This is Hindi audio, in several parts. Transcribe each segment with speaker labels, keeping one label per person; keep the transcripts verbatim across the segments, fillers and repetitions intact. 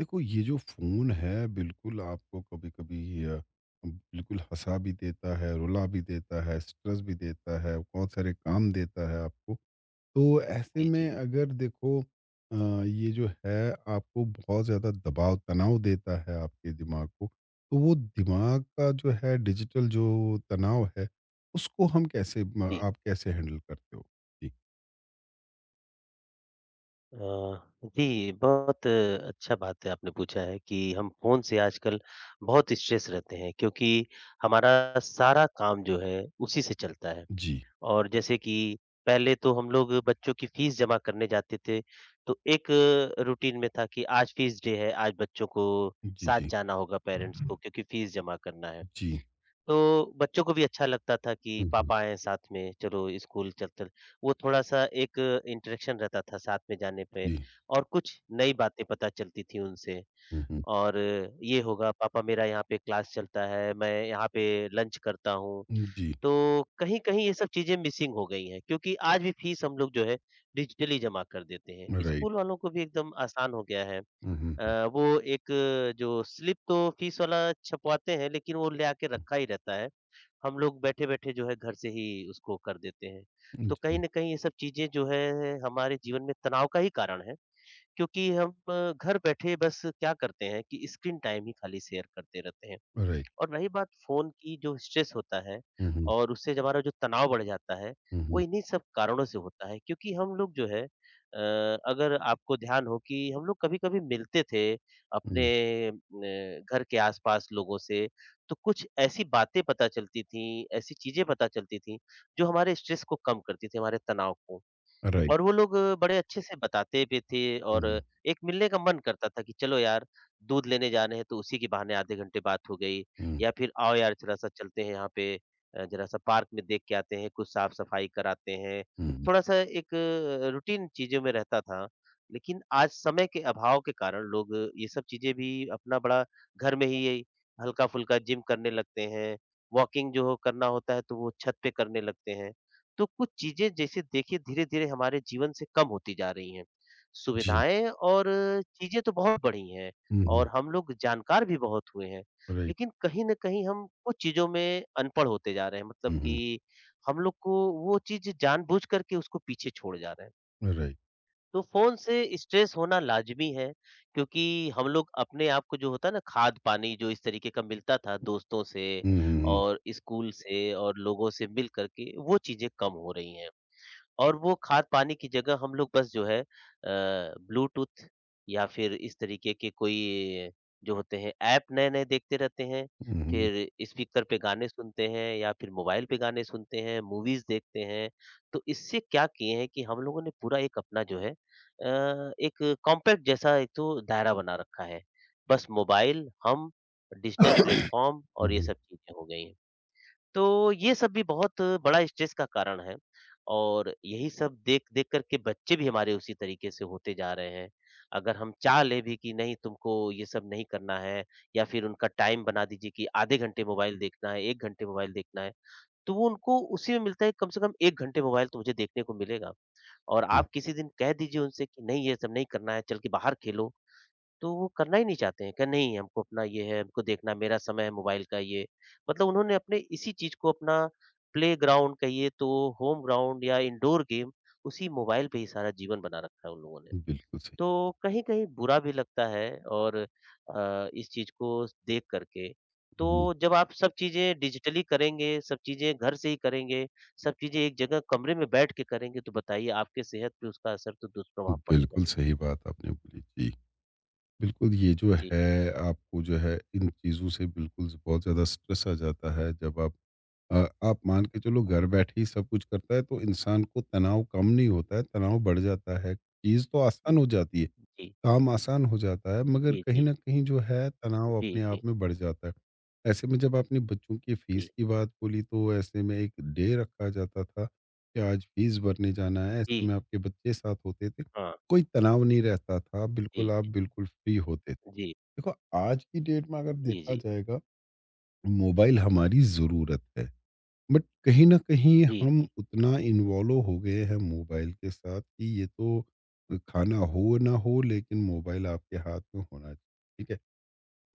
Speaker 1: देखो ये जो फ़ोन है बिल्कुल आपको कभी-कभी अ, बिल्कुल हँसा भी देता है, रुला भी देता है, स्ट्रेस भी देता है, बहुत सारे काम देता है आपको। तो ऐसे
Speaker 2: जी,
Speaker 1: में
Speaker 2: जी,
Speaker 1: अगर देखो अ, ये जो है आपको बहुत ज़्यादा दबाव, तनाव देता है आपके दिमाग को, तो वो दिमाग का जो है डिजिटल जो तनाव है, उसको हम कैसे म
Speaker 2: जी।
Speaker 1: आप कैसे हैंडल करते हो? जी।
Speaker 2: अ, जी, बहुत अ, अच्छा बात है आपने पूछा है कि हम फ़ोन से आजकल बहुत स्ट्रेस रहते हैं क्योंकि हमारा सारा काम जो है उसी से चलता है।
Speaker 1: जी।
Speaker 2: और जैसे कि पहले तो हम लोग बच्चों की फ़ीस जमा करने जाते थे, तो एक रूटीन में था कि आज फ़ीस डे है, आज बच्चों को
Speaker 1: जी,
Speaker 2: साथ
Speaker 1: जी।
Speaker 2: जाना होगा पेरेंट्स को क्योंकि फ़ीस जमा करना है।
Speaker 1: जी।
Speaker 2: तो बच्चों को भी अच्छा लगता था कि
Speaker 1: हुँ, हुँ।
Speaker 2: पापा आए हैं साथ में, चलो स्कूल चलते हैं। वो थोड़ा-सा एक इंटरेक्शन रहता था साथ में जाने पे,
Speaker 1: जी।
Speaker 2: और कुछ नई बातें पता चलती थी उनसे,
Speaker 1: हुँ, हुँ।
Speaker 2: और ये होगा पापा मेरा यहाँ पे क्लास चलता है, मैं यहाँ पे लंच करता हूँ।
Speaker 1: जी,
Speaker 2: तो कहीं-कहीं ये सब चीज़ें मिसिंग हो गई हैं क्योंकि आज भी फीस हम लोग जो है डिजिटली जमा कर देते हैं।
Speaker 1: राइट।
Speaker 2: स्कूल वालों को भी एकदम आसान हो गया है।
Speaker 1: हुँ, हुँ, हुँ,
Speaker 2: अ, वो एक जो स्लिप तो फीस वाला छपवाते हैं लेकिन वो ले आके रखा ही रहता है। हम लोग बैठे-बैठे जो है घर से ही उसको कर देते हैं।
Speaker 1: हुँ।
Speaker 2: तो कहीं
Speaker 1: जी,
Speaker 2: न कहीं ये सब चीज़ें जो है हमारे जीवन में तनाव का ही कारण है, क्योंकि हम अ, घर बैठे बस क्या करते हैं कि स्क्रीन टाइम ही खाली शेयर करते रहते हैं।
Speaker 1: राइट।
Speaker 2: और रही बात फ़ोन की, जो स्ट्रेस होता है
Speaker 1: हुँ, हुँ,
Speaker 2: और उससे हमारा जो तनाव बढ़ जाता है,
Speaker 1: हुँ,
Speaker 2: वो
Speaker 1: हुँ,
Speaker 2: इन्हीं सब कारणों से होता है, क्योंकि हम लोग जो है, अ, अगर आपको ध्यान हो कि हम लोग कभी-कभी मिलते थे अपने
Speaker 1: हुँ,
Speaker 2: न घर के आस-पास लोगों से, तो कुछ ऐसी बातें पता चलती थीं, ऐसी चीज़ें पता चलती थीं, जो हमारे स्ट्रेस को कम करती थी, हमारे तनाव को।
Speaker 1: राइट।
Speaker 2: और वो लोग बड़े अच्छे से बताते भी थे,
Speaker 1: हुँ,
Speaker 2: और
Speaker 1: हुँ,
Speaker 2: एक मिलने का मन करता था कि चलो यार दूध लेने जाने हैं, तो उसी के बहाने आधे घंटे बात हो गई,
Speaker 1: हुँ,
Speaker 2: या फिर आओ यार थोड़ा-सा चलते हैं यहाँ पे, अ, जरा-सा पार्क में देख के आते हैं, कुछ साफ-सफाई कराते हैं।
Speaker 1: हुँ।
Speaker 2: थोड़ा-सा एक अ, रूटीन चीज़ों में रहता था। लेकिन आज समय के अभाव के कारण लोग ये सब चीज़ें भी अपना बड़ा घर में ही हल्का-फुल्का जिम करने लगते हैं, वॉकिंग जो हो करना होता है तो वो छत पे करने लगते हैं। तो कुछ चीजें जैसे देखिए धीरे-धीरे हमारे जीवन से कम होती जा रही हैं।
Speaker 1: जी।
Speaker 2: सुविधाएँ और चीजें तो बहुत बढ़ी हैं,
Speaker 1: हुँ, हुँ,
Speaker 2: और हम लोग जानकार भी बहुत हुए हैं।
Speaker 1: राइट।
Speaker 2: लेकिन कहीं न कहीं हम कुछ चीज़ों में अनपढ़ होते जा रहे हैं, मतलब
Speaker 1: हुँ, हुँ,
Speaker 2: कि हम लोग को वो चीज़ जानबूझ कर के उसको पीछे छोड़ जा रहे हैं।
Speaker 1: राइट।
Speaker 2: तो फ़ोन से स्ट्रेस होना लाज़मी है, क्योंकि हम लोग अपने आप को जो होता है ना, खाद-पानी जो इस तरीके का मिलता था दोस्तों से
Speaker 1: हुँ, हुँ,
Speaker 2: और स्कूल से और लोगों से मिल कर के, वो चीज़ें कम हो रही हैं। और वो खाद-पानी की जगह हम लोग बस जो है अ, ब्लूटूथ या फिर इस तरीके के कोई जो होते हैं ऐप नए-नए देखते रहते हैं,
Speaker 1: हुँ, हुँ,
Speaker 2: फिर स्पीकर पे गाने सुनते हैं या फिर मोबाइल पे गाने सुनते हैं, मूवीज़ देखते हैं। तो इससे क्या किए हैं कि हम लोगों ने पूरा एक अपना जो है अ, एक कॉम्पैक्ट जैसा एक तो दायरा बना रखा है। बस मोबाइल, हम, डिजिटल प्लेटफ़ॉर्म
Speaker 1: हुँ,
Speaker 2: और ये
Speaker 1: हुँ,
Speaker 2: सब चीज़ें हो गई हैं। तो ये सब भी बहुत बड़ा स्ट्रेस का कारण है, और यही सब देख-देख कर के बच्चे भी हमारे उसी तरीके से होते जा रहे हैं। अगर हम चाह लें भी कि नहीं तुमको ये सब नहीं करना है, या फिर उनका टाइम बना दीजिए कि आधे घंटे मोबाइल देखना है, एक घंटे मोबाइल देखना है, तो वो उनको उसी में मिलता है कम से कम एक घंटे मोबाइल तो मुझे देखने को मिलेगा। और
Speaker 1: जी,
Speaker 2: आप किसी दिन कह दीजिए उनसे कि नहीं ये सब नहीं करना है, चल के बाहर खेलो, तो वो करना ही नहीं चाहते हैं कि नहीं, हमको अपना ये है, हमको देखना मेरा समय है मोबाइल का ये। मतलब उन्होंने अपने इसी चीज़ को अपना प्लेग्राउंड कहिए, तो होम ग्राउंड या इंडोर गेम, उसी मोबाइल पे ही सारा जीवन बना रखा है उन लोगों ने।
Speaker 1: बिल्कुल सही।
Speaker 2: तो कहीं-कहीं बुरा भी लगता है और अ, इस चीज़ को देख कर के। तो
Speaker 1: हुँ,
Speaker 2: जब आप सब चीज़ें डिजिटली करेंगे, सब चीज़ें घर से ही करेंगे, सब चीज़ें एक जगह कमरे में बैठ के करेंगे, तो बताइए आपके सेहत पे उसका असर तो दुष्प्रभाव पड़ेगा
Speaker 1: बिल्कुल
Speaker 2: ही।
Speaker 1: सही बात आपने बोली। जी, बिल्कुल ये जो
Speaker 2: जी,
Speaker 1: है आपको जो है इन चीज़ों से बिल्कुल बहुत ज़्यादा स्ट्रेस आ जाता है जब आप अ, आप मान के चलो घर
Speaker 2: जी,
Speaker 1: बैठे ही सब कुछ करता है तो इंसान को तनाव कम नहीं होता है, तनाव बढ़ जाता है। चीज़ तो आसान
Speaker 2: जी,
Speaker 1: हो जाती है
Speaker 2: जी।
Speaker 1: काम आसान हो जाता है मगर
Speaker 2: जी,
Speaker 1: कहीं
Speaker 2: जी।
Speaker 1: न कहीं जो है तनाव
Speaker 2: जी,
Speaker 1: अपने
Speaker 2: जी,
Speaker 1: आप में बढ़ जाता है। ऐसे में जब आपने बच्चों की फ़ीस
Speaker 2: जी।
Speaker 1: की बात बोली तो ऐसे में एक डे रखा जाता था कि आज फ़ीस भरने जाना है, ऐसे में
Speaker 2: जी,
Speaker 1: आपके बच्चे साथ होते थे।
Speaker 2: हाँ।
Speaker 1: कोई तनाव नहीं रहता था,
Speaker 2: जी,
Speaker 1: बिल्कुल आप
Speaker 2: जी,
Speaker 1: बिल्कुल फ्री होते थे।
Speaker 2: जी,
Speaker 1: देखो आज की डेट में अगर
Speaker 2: जी,
Speaker 1: देखा
Speaker 2: जी,
Speaker 1: जाएगा, मोबाइल हमारी ज़रूरत है। बट कहीं ना कहीं
Speaker 2: जी,
Speaker 1: हम
Speaker 2: जी,
Speaker 1: उतना इन्वॉल्व हो गए हैं मोबाइल के साथ कि ये तो खाना हो ना हो लेकिन मोबाइल आपके हाथ में होना चाहिए ठीक है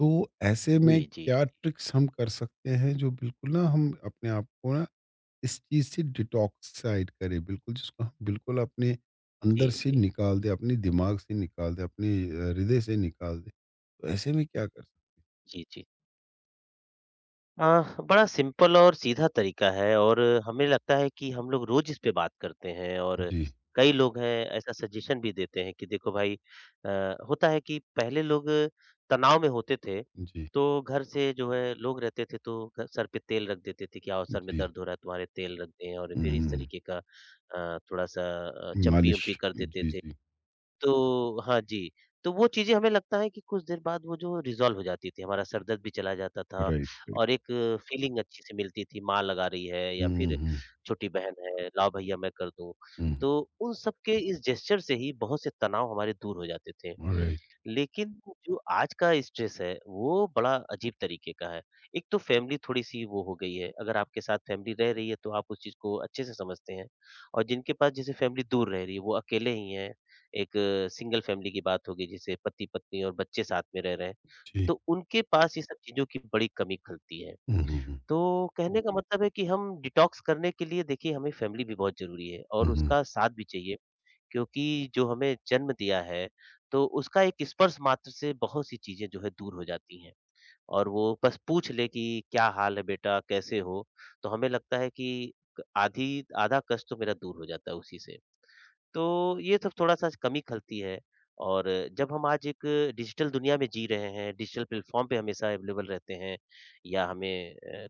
Speaker 1: तो ऐसे
Speaker 2: जी,
Speaker 1: में
Speaker 2: जी, जी,
Speaker 1: क्या ट्रिक्स हम कर सकते हैं जो बिल्कुल ना हम अपने आप को ना इस चीज़ से डिटॉक्साइड करें बिल्कुल जिसको हम बिल्कुल अपने अंदर से
Speaker 2: जी,
Speaker 1: निकाल दे अपने दिमाग से निकाल दे अपने अ, हृदय से निकाल दे तो ऐसे में क्या कर सकते
Speaker 2: जी, जी। जी, अ, बड़ा सिंपल और सीधा तरीका है, और हमें लगता है कि हम लोग रोज इस पे बात करते हैं,
Speaker 1: हैं?
Speaker 2: और
Speaker 1: जी
Speaker 2: कई लोग हैं ऐसा सजेशन भी देते हैं कि देखो भाई, अ, होता है कि पहले लोग तनाव में होते थे,
Speaker 1: जी
Speaker 2: तो घर से जो है लोग रहते थे तो घर- सर पे तेल रख देते थे कि आओ सर में
Speaker 1: जी
Speaker 2: दर्द हो रहा है तुम्हारे तेल रख दें, और फिर इस
Speaker 1: हम्म,
Speaker 2: तरीके का अ, थोड़ा सा अ, चम्पी
Speaker 1: मालिश
Speaker 2: उम्पी कर देते
Speaker 1: जी
Speaker 2: थे।
Speaker 1: जी
Speaker 2: तो हाँ जी, तो वो चीज़ें हमें लगता है कि कुछ देर बाद वो जो रिज़ॉल्व हो जाती थी, हमारा सर दर्द भी चला जाता था,
Speaker 1: राइट
Speaker 2: और एक फ़ीलिंग अच्छी सी मिलती थी, माँ लगा रही है या फिर
Speaker 1: Mhm,
Speaker 2: छोटी बहन है, लाओ भैया मैं कर दूँ।
Speaker 1: mhm,
Speaker 2: तो उन सब के इस जेस्चर से ही बहुत से तनाव हमारे दूर हो जाते थे।
Speaker 1: ऑलराइट
Speaker 2: लेकिन जो आज का स्ट्रेस है, वो बड़ा अजीब तरीके का है। एक तो फैमिली थोड़ी-सी वो हो गई है, अगर आपके साथ फैमिली रह रही है, तो आप उस चीज़ को अच्छे से समझते हैं, और जिनके पास जैसे फैमिली दूर रह रही है, वो अकेले ही हैं, एक सिंगल फैमिली की बात होगी जिसे पति-पत्नी और बच्चे साथ में रह रहे हैं,
Speaker 1: जी।
Speaker 2: तो उनके पास ये सब चीज़ों की बड़ी कमी खलती है।
Speaker 1: हुँ, हुँ, हुँ,
Speaker 2: तो कहने का मतलब है कि हम डिटॉक्स करने के लिए, देखिए, हमें फैमिली भी बहुत ज़रूरी है
Speaker 1: हुँ,
Speaker 2: और
Speaker 1: हुँ।
Speaker 2: उसका साथ भी चाहिए। क्योंकि जो हमें जन्म दिया है, तो उसका एक स्पर्श मात्र से बहुत-सी चीज़ें जो है दूर हो जाती हैं, और वो बस पूछ ले कि क्या हाल है बेटा? कैसे हो? तो हमें लगता है कि क आधी आधा कष्ट तो मेरा दूर हो जाता है उसी से। तो ये सब थोड़ा-सा कमी खलती है, और जब हम आज एक डिजिटल दुनिया में जी रहे हैं, डिजिटल प्लेटफ़ॉर्म पे हमेशा अवेलेबल रहते हैं, या हमें अ,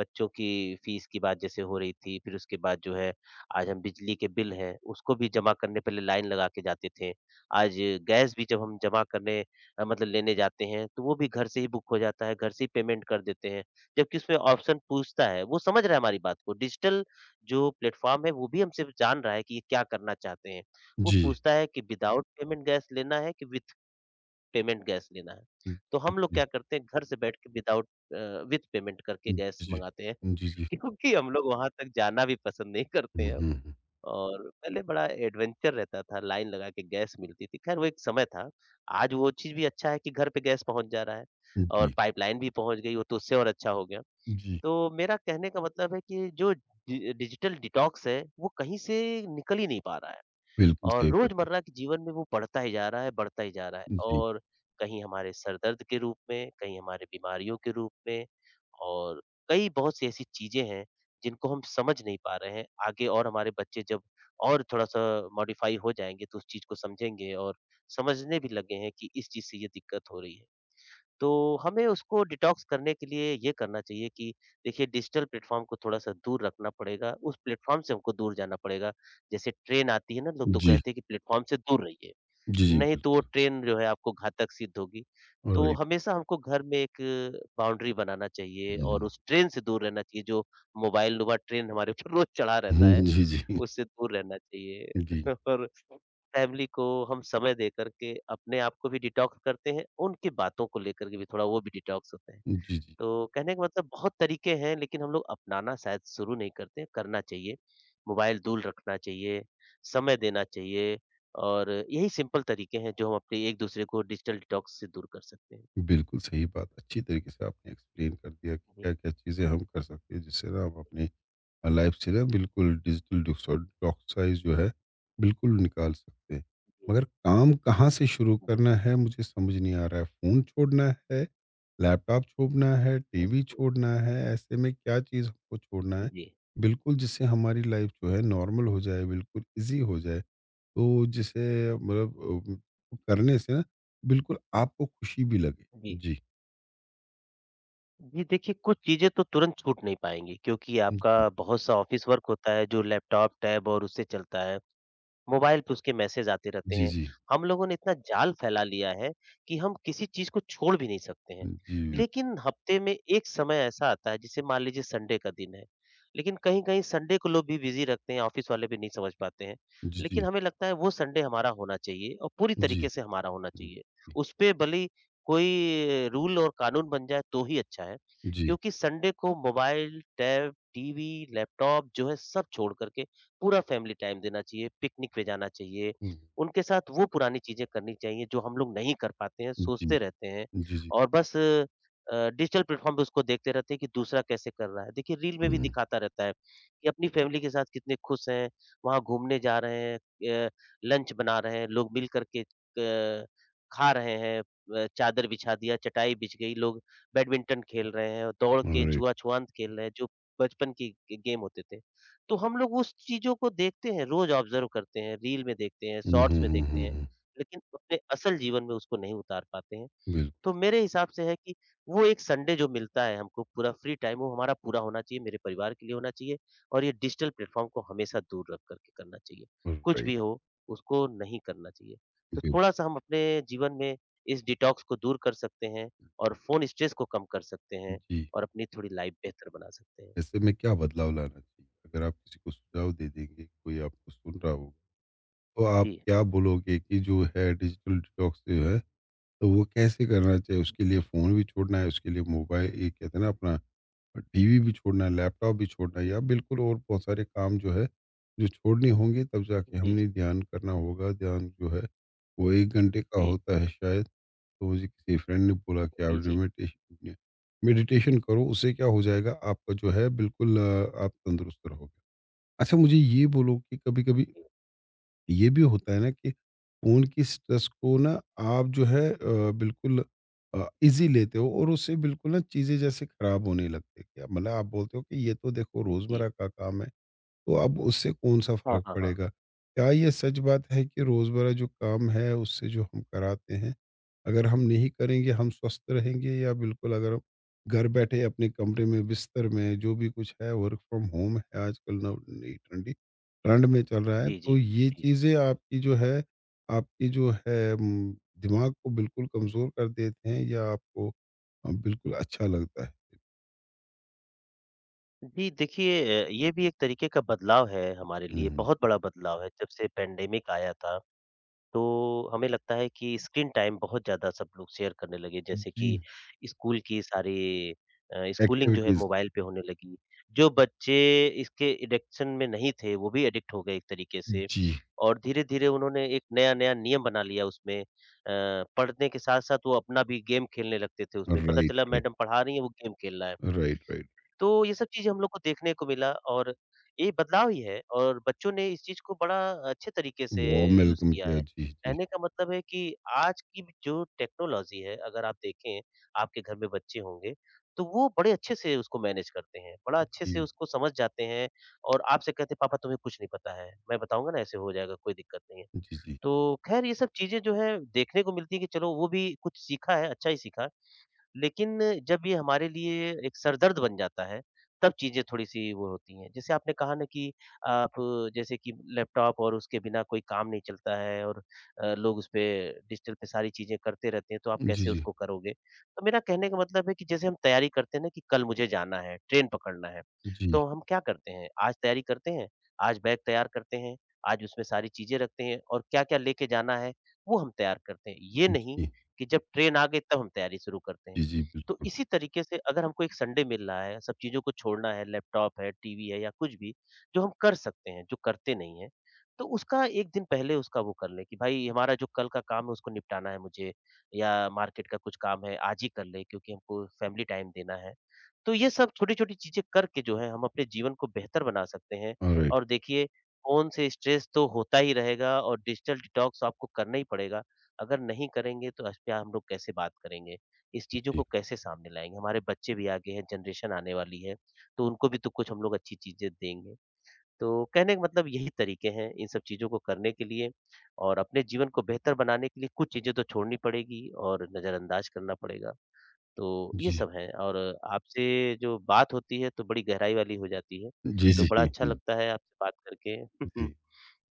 Speaker 2: बच्चों की फ़ीस की बात जैसे हो रही थी, फिर उसके बाद जो है आज हम बिजली के बिल हैं, उसको भी जमा करने पहले लाइन लगा के जाते थे। आज गैस भी जब हम जमा करने अ, मतलब लेने जाते हैं, तो वो भी घर से ही बुक हो जाता है, घर से ही पेमेंट कर देते हैं। जबकि उसमें ऑप्शन पूछता है, वो समझ रहा है हमारी बात को, डिजिटल जो प्लेटफ़ॉर्म है वो भी हमसे जान रहा है कि ये क्या करना चाहते हैं। वो
Speaker 1: जी।
Speaker 2: पूछता है कि विदाउट पेमेंट गैस लेना है कि विथ पेमेंट गैस लेना है।
Speaker 1: हुँ,
Speaker 2: तो हम लोग
Speaker 1: जी,
Speaker 2: क्या करते हैं, घर से बैठ के विदाउट अ, विथ पेमेंट करके
Speaker 1: हुँ,
Speaker 2: गैस
Speaker 1: जी,
Speaker 2: मँगाते हैं
Speaker 1: जी, जी।
Speaker 2: क्योंकि हम लोग वहाँ तक जाना भी पसंद नहीं करते
Speaker 1: हुँ,
Speaker 2: हैं अब।
Speaker 1: हुँ, हुँ।
Speaker 2: और पहले बड़ा एडवेंचर रहता था, लाइन लगा के गैस मिलती थी। ख़ैर वो एक समय था। आज वो चीज़ भी अच्छा है कि घर पे गैस पहुँच जा रहा है, और
Speaker 1: जी,
Speaker 2: पाइपलाइन भी पहुँच गई हो तो उससे और अच्छा हो गया।
Speaker 1: जी,
Speaker 2: तो मेरा कहने का मतलब है कि जो डि डिजिटल डिटॉक्स है, वो कहीं से निकल ही नहीं पा रहा है,
Speaker 1: बिल्कुल
Speaker 2: और
Speaker 1: सही बात है।
Speaker 2: रोज़मर्रा के जीवन में वो बढ़ता ही जा रहा है, बढ़ता ही जा रहा है,
Speaker 1: जी,
Speaker 2: और कहीं हमारे सर दर्द के रूप में, कहीं हमारे बीमारियों के रूप में, और कई बहुत-सी ऐसी चीज़ें हैं, जिनको हम समझ नहीं पा रहे हैं। आगे और हमारे बच्चे जब और थोड़ा-सा मॉडिफ़ाई हो जाएँगे, तो उस चीज़ को समझेंगे, और समझने भी लगे हैं कि इस चीज़ से ये दिक्कत हो रही है। तो हमें उसको डिटॉक्स करने के लिए ये करना चाहिए कि देखिए डिजिटल प्लेटफ़ॉर्म को थोड़ा-सा दूर रखना पड़ेगा, उस प्लेटफ़ॉर्म से हमको दूर जाना पड़ेगा। जैसे ट्रेन आती है ना, लोग तो
Speaker 1: जी,
Speaker 2: कहते हैं कि प्लेटफ़ॉर्म से दूर रहिए,
Speaker 1: जी, जी,
Speaker 2: नहीं तो वो
Speaker 1: बिल्कुल
Speaker 2: ट्रेन जो है आपको घातक सिद्ध होगी। तो
Speaker 1: ऑलराइट।
Speaker 2: हमेशा हमको घर में एक बाउंड्री बनाना चाहिए,
Speaker 1: हुँ,
Speaker 2: और
Speaker 1: हुँ,
Speaker 2: उस ट्रेन से दूर रहना चाहिए जो मोबाइल नुमा ट्रेन हमारे ऊपर रोज़ चढ़ा रहता है।
Speaker 1: जी, जी,
Speaker 2: उससे दूर रहना चाहिए
Speaker 1: जी,
Speaker 2: और फैमिली को हम समय देकर के अपने आप को भी डिटॉक्स करते हैं, उनकी बातों को लेकर के भी थोड़ा वो भी डिटॉक्स होते हैं।
Speaker 1: जी, जी।
Speaker 2: तो कहने का मतलब बहुत तरीके हैं, लेकिन हम लोग अपनाना शायद शुरू नहीं करते हैं, करना चाहिए। मोबाइल दूर रखना चाहिए, समय देना चाहिए, और यही सिंपल तरीके हैं जो हम अपने एक-दूसरे को डिजिटल डिटॉक्स से दूर कर सकते हैं।
Speaker 1: बिल्कुल सही बात, अच्छी तरीके से आपने एक्सप्लेन कर दिया कि
Speaker 2: जी,
Speaker 1: क्या-क्या चीज़ें हम कर सकते हैं जिससे ना हम अपनी लाइफ से ना बिल्कुल डिजिटल डिसो डॉक्साइज़ जो है, बिल्कुल निकाल सकते हैं।
Speaker 2: जी,
Speaker 1: मगर काम कहाँ से शुरू
Speaker 2: जी।
Speaker 1: करना है मुझे समझ नहीं आ रहा है। फ़ोन छोड़ना है, लैपटॉप छोड़ना है, टीवी छोड़ना है, ऐसे में क्या चीज़ हमको छोड़ना है?
Speaker 2: जी,
Speaker 1: बिल्कुल जिससे हमारी लाइफ जो है नॉर्मल हो जाए, बिल्कुल ईज़ी हो जाए। तो जिसे मतलब अ, करने से ना बिल्कुल आपको खुशी भी लगे।
Speaker 2: जी।
Speaker 1: जी।
Speaker 2: जी, देखिए कुछ चीज़ें तो तुरंत छूट नहीं पाएँगी क्योंकि आपका बहुत-सा ऑफ़िस वर्क होता है जो लैपटॉप, टैब और उससे चलता है। मोबाइल पे उसके मैसेज आते रहते
Speaker 1: जी,
Speaker 2: हैं।
Speaker 1: जी, जी।
Speaker 2: हम लोगों ने इतना जाल फैला लिया है कि हम किसी चीज़ को छोड़ भी नहीं सकते हैं।
Speaker 1: जी, जी,
Speaker 2: लेकिन हफ्ते में एक समय ऐसा आता है जैसे मान लीजिए संडे का दिन है। लेकिन कहीं-कहीं संडे को लोग भी बिज़ी रखते हैं, ऑफ़िस वाले भी नहीं समझ पाते हैं। लेकिन
Speaker 1: जी,
Speaker 2: हमें लगता है वो संडे हमारा होना चाहिए और पूरी
Speaker 1: जी,
Speaker 2: तरीके से हमारा होना चाहिए।
Speaker 1: जी,
Speaker 2: उसपे भले ही कोई रूल और कानून बन जाए तो ही अच्छा है।
Speaker 1: जी।
Speaker 2: क्योंकि संडे को मोबाइल, टैब, टीवी, लैपटॉप जो है सब छोड़ कर के पूरा फैमिली टाइम देना चाहिए, पिकनिक पे जाना चाहिए।
Speaker 1: हुँ।
Speaker 2: उनके साथ वो पुरानी चीज़ें करनी चाहिए जो हम लोग नहीं कर पाते हैं,
Speaker 1: जी,
Speaker 2: सोचते रहते हैं
Speaker 1: जी, जी।
Speaker 2: और बस अ, डिजिटल प्लेटफ़ॉर्म पे उसको देखते रहते हैं कि दूसरा कैसे कर रहा है। देखिए रील में भी
Speaker 1: हुँ,
Speaker 2: दिखाता रहता है कि अपनी फैमिली के साथ कितने खुश हैं, वहाँ घूमने जा रहे हैं, अ, लंच बना रहे हैं, लोग मिल कर के अ, खा रहे हैं, अ, चादर बिछा दिया, चटाई बिछ गई, लोग बैडमिंटन खेल रहे हैं, दौड़ के
Speaker 1: राइट।
Speaker 2: छुआ-छुआंत खेल रहे हैं, जो बचपन के ग गेम होते थे। तो हम लोग उस चीज़ों को देखते हैं, रोज़ ऑब्ज़र्व करते हैं, रील में देखते हैं,
Speaker 1: हुँ,
Speaker 2: शॉर्ट्स
Speaker 1: हुँ,
Speaker 2: में
Speaker 1: हुँ,
Speaker 2: देखते
Speaker 1: हुँ,
Speaker 2: हैं,
Speaker 1: हुँ।
Speaker 2: लेकिन अपने असल जीवन में उसको नहीं उतार पाते हैं।
Speaker 1: बिल्कुल
Speaker 2: तो मेरे हिसाब से है कि वो एक संडे जो मिलता है हमको पूरा फ्री टाइम वो हमारा पूरा होना चाहिए, मेरे परिवार के लिए होना चाहिए और ये डिजिटल प्लेटफ़ॉर्म को हमेशा दूर रख कर के करना चाहिए। कुछ
Speaker 1: राइट,
Speaker 2: भी हो, उसको नहीं करना चाहिए। तो
Speaker 1: बिल्कुल।
Speaker 2: थोड़ा-सा हम अपने जीवन में इस डिटॉक्स को दूर कर सकते हैं और फ़ोन स्ट्रेस को कम कर सकते हैं
Speaker 1: जी,
Speaker 2: और अपनी थोड़ी लाइफ़ बेहतर बना सकते हैं।
Speaker 1: ऐसे में क्या बदलाव लाना चाहिए? अगर आप किसी को सुझाव दे देंगे, कोई आपको सुन रहा हो, तो आप
Speaker 2: जी,
Speaker 1: क्या बोलोगे कि जो है डिजिटल डिटॉक्स जो है, तो वो कैसे करना चाहिए? उसके
Speaker 2: जी,
Speaker 1: लिए
Speaker 2: जी,
Speaker 1: फ़ोन भी छोड़ना है, उसके लिए मोबाइल ये कहते हैं ना अपना टीवी भी छोड़ना है, लैपटॉप भी छोड़ना है
Speaker 2: जी।
Speaker 1: या बिल्कुल और बहुत सारे काम जो है, जो छोड़ने होंगे तब जाके
Speaker 2: जी, जी,
Speaker 1: हमने ध्यान करना होगा। ध्यान जो है, वो एक घंटे का होता है शायद। तो मुझे किसी फ्रेंड ने बोला कि आप
Speaker 2: जी, जी,
Speaker 1: मेडिटेशन मेडिटेशन करो, उससे क्या हो जाएगा आपका जो है बिल्कुल अ, आप तंदुरुस्त रहोगे। अच्छा मुझे ये बोलो कि कभी-कभी
Speaker 2: जी,
Speaker 1: ये भी होता है ना कि फ़ोन की स्ट्रेस को ना आप जो है अ, बिल्कुल अ, ईज़ी लेते हो और उससे बिल्कुल ना चीज़ें जैसे ख़राब होने लगती है। क्या मतलब आप बोलते हो कि ये तो देखो
Speaker 2: जी।
Speaker 1: रोज़मर्रा का काम है। तो अब उससे कौन-सा
Speaker 2: हाँ,
Speaker 1: फ़र्क
Speaker 2: हाँ, हाँ।
Speaker 1: पड़ेगा? क्या ये सच बात है कि रोज़मर्रा जो काम है, उससे जो हम कराते हैं, अगर हम नहीं करेंगे, हम स्वस्थ रहेंगे या बिल्कुल अगर हम घर बैठे अपने कमरे में, बिस्तर में, जो भी कुछ है, वर्क फ्रॉम होम है आजकल नव नई ट्रेंडी ट्रेंड में चल रहा है,
Speaker 2: जी, जी,
Speaker 1: तो ये
Speaker 2: जी, जी।
Speaker 1: चीज़ें आपकी जो है आपकी जो है उम, दिमाग को बिल्कुल कमज़ोर कर देते हैं या आपको अ, बिल्कुल अच्छा लगता है?
Speaker 2: जी, देखिए अ, ये भी एक तरीके का बदलाव है हमारे
Speaker 1: हुँ,
Speaker 2: लिए,
Speaker 1: हुँ।
Speaker 2: बहुत बड़ा बदलाव है, जब से पैंडेमिक आया था। तो हमें लगता है कि स्क्रीन टाइम बहुत ज़्यादा सब लोग शेयर करने लगे, जैसे कि
Speaker 1: जी,
Speaker 2: स्कूल की सारी अ, स्कूलिंग जो है
Speaker 1: एक्टिविटीज़।
Speaker 2: मोबाइल पे होने लगी। जो बच्चे इसके एडिक्शन में नहीं थे, वो भी एडिक्ट हो गए एक तरीके से
Speaker 1: जी,
Speaker 2: और धीरे-धीरे उन्होंने एक नया-नया नियम बना लिया उसमें। अ, पढ़ने के साथ-साथ वो अपना भी गेम खेलने लगते थे उसमें, पता
Speaker 1: राइट,
Speaker 2: चला
Speaker 1: राइट।
Speaker 2: मैडम पढ़ा रही हैं, वो गेम खेल रहा है।
Speaker 1: Right, right.
Speaker 2: तो ये सब चीज़ें हम लोग को देखने को मिला और ये बदलाव ही है और बच्चों ने इस चीज़ को बड़ा अच्छे तरीके से
Speaker 1: वार्म
Speaker 2: यूज़
Speaker 1: वेलकम
Speaker 2: किया
Speaker 1: किया।
Speaker 2: है।
Speaker 1: जी, जी।
Speaker 2: कहने का मतलब है कि आज की जो टेक्नोलॉज़ी है अगर आप देखें, आपके घर में बच्चे होंगे, तो वो बड़े अच्छे से उसको मैनेज करते हैं, बड़ा अच्छे से
Speaker 1: जी,
Speaker 2: उसको समझ जाते हैं और आपसे कहते हैं पापा तुम्हें कुछ नहीं पता है, मैं बताऊँगा ना ऐसे हो जाएगा कोई दिक्कत नहीं है।
Speaker 1: जी, जी।
Speaker 2: तो खैर ये सब चीज़ें जो है देखने को मिलती है कि चलो वो भी कुछ सीखा है, अच्छा ही सीखा। है। लेकिन जब ये हमारे लिए एक सरदर्द बन जाता है, तब चीज़ें थोड़ी-सी वो होती हैं। जैसे आपने कहा ना कि आप जैसे कि लैपटॉप और उसके बिना कोई काम नहीं चलता है और अ, लोग उसपे डिजिटल पे सारी चीज़ें करते रहते हैं, तो आप
Speaker 1: जी,
Speaker 2: कैसे
Speaker 1: जी।
Speaker 2: उसको करोगे? तो मेरा कहने का मतलब है कि जैसे हम तैयारी करते हैं ना कि कल मुझे जाना है, ट्रेन पकड़ना है,
Speaker 1: जी,
Speaker 2: तो हम क्या करते हैं? आज तैयारी करते हैं, आज बैग तैयार करते हैं, आज उसमें सारी चीज़ें रखते हैं और क्या-क्या लेके जाना है, वो हम तैयार करते हैं। ये नहीं
Speaker 1: जी।
Speaker 2: कि जब ट्रेन आ गई तब हम तैयारी शुरू करते हैं।
Speaker 1: जी, जी,
Speaker 2: तो
Speaker 1: बिल्कुल।
Speaker 2: इसी तरीके से अगर हमको एक संडे मिल रहा है, सब चीज़ों को छोड़ना है, लैपटॉप है, टीवी है या कुछ भी, जो हम कर सकते हैं, जो करते नहीं हैं, तो उसका एक दिन पहले उसका वो कर लें कि भाई हमारा जो कल का काम है उसको निपटाना है मुझे या मार्केट का कुछ काम है आज ही कर लें क्योंकि हमको फैमिली टाइम देना है। तो ये सब छोटी-छोटी चीज़ें करके जो है हम अपने जीवन को बेहतर बना सकते हैं
Speaker 1: ऑलराइट।
Speaker 2: और देखिए फ़ोन से स्ट्रेस तो होता ही रहेगा और डिजिटल डिटॉक्स आपको करना ही पड़ेगा। अगर नहीं करेंगे तो इस पे हम लोग कैसे बात करेंगे? इस चीज़ों को
Speaker 1: जी,
Speaker 2: कैसे सामने लाएँगे? हमारे बच्चे भी आगे हैं, जनरेशन आने वाली है, तो उनको भी तो कुछ हम लोग अच्छी चीज़ें देंगे। तो कहने का मतलब यही तरीके हैं इन सब चीज़ों को करने के लिए और अपने जीवन को बेहतर बनाने के लिए कुछ चीज़ें तो छोड़नी पड़ेगी और नज़रअंदाज करना पड़ेगा। तो ये
Speaker 1: जी।
Speaker 2: सब है और आपसे जो बात होती है तो बड़ी गहराई वाली हो जाती है,
Speaker 1: जी,
Speaker 2: तो बड़ा
Speaker 1: जी,
Speaker 2: अच्छा
Speaker 1: हुँ,
Speaker 2: लगता है आपसे बात करके।
Speaker 1: जी।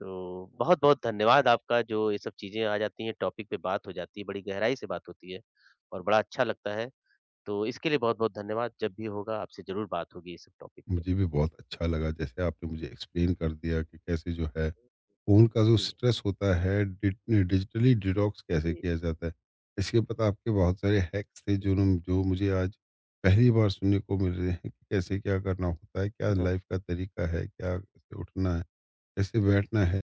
Speaker 2: तो बहुत-बहुत धन्यवाद आपका जो ये सब चीज़ें आ जाती हैं, टॉपिक पे बात हो जाती है, बड़ी गहराई से बात होती है और बड़ा अच्छा लगता है। तो इसके लिए बहुत-बहुत धन्यवाद। जब भी होगा आपसे ज़रूर बात होगी इस टॉपिक पे।
Speaker 1: मुझे भी बहुत अच्छा लगा जैसे आपने मुझे एक्सप्लेन कर दिया कि कैसे जो है फ़ोन का जो
Speaker 2: जी।
Speaker 1: स्ट्रेस होता है डिट डिजिटली डिटॉक्स कैसे
Speaker 2: जी,
Speaker 1: किया जाता है। इसके पता आपके बहुत सारे हैक्स थे
Speaker 2: जी।
Speaker 1: जो न जो मुझे आज पहली बार सुनने को मिल रहे हैं कि कैसे क्या करना होता है, क्या लाइफ़ का तरीका है, क्या कैसे उठना है, कैसे बैठना है।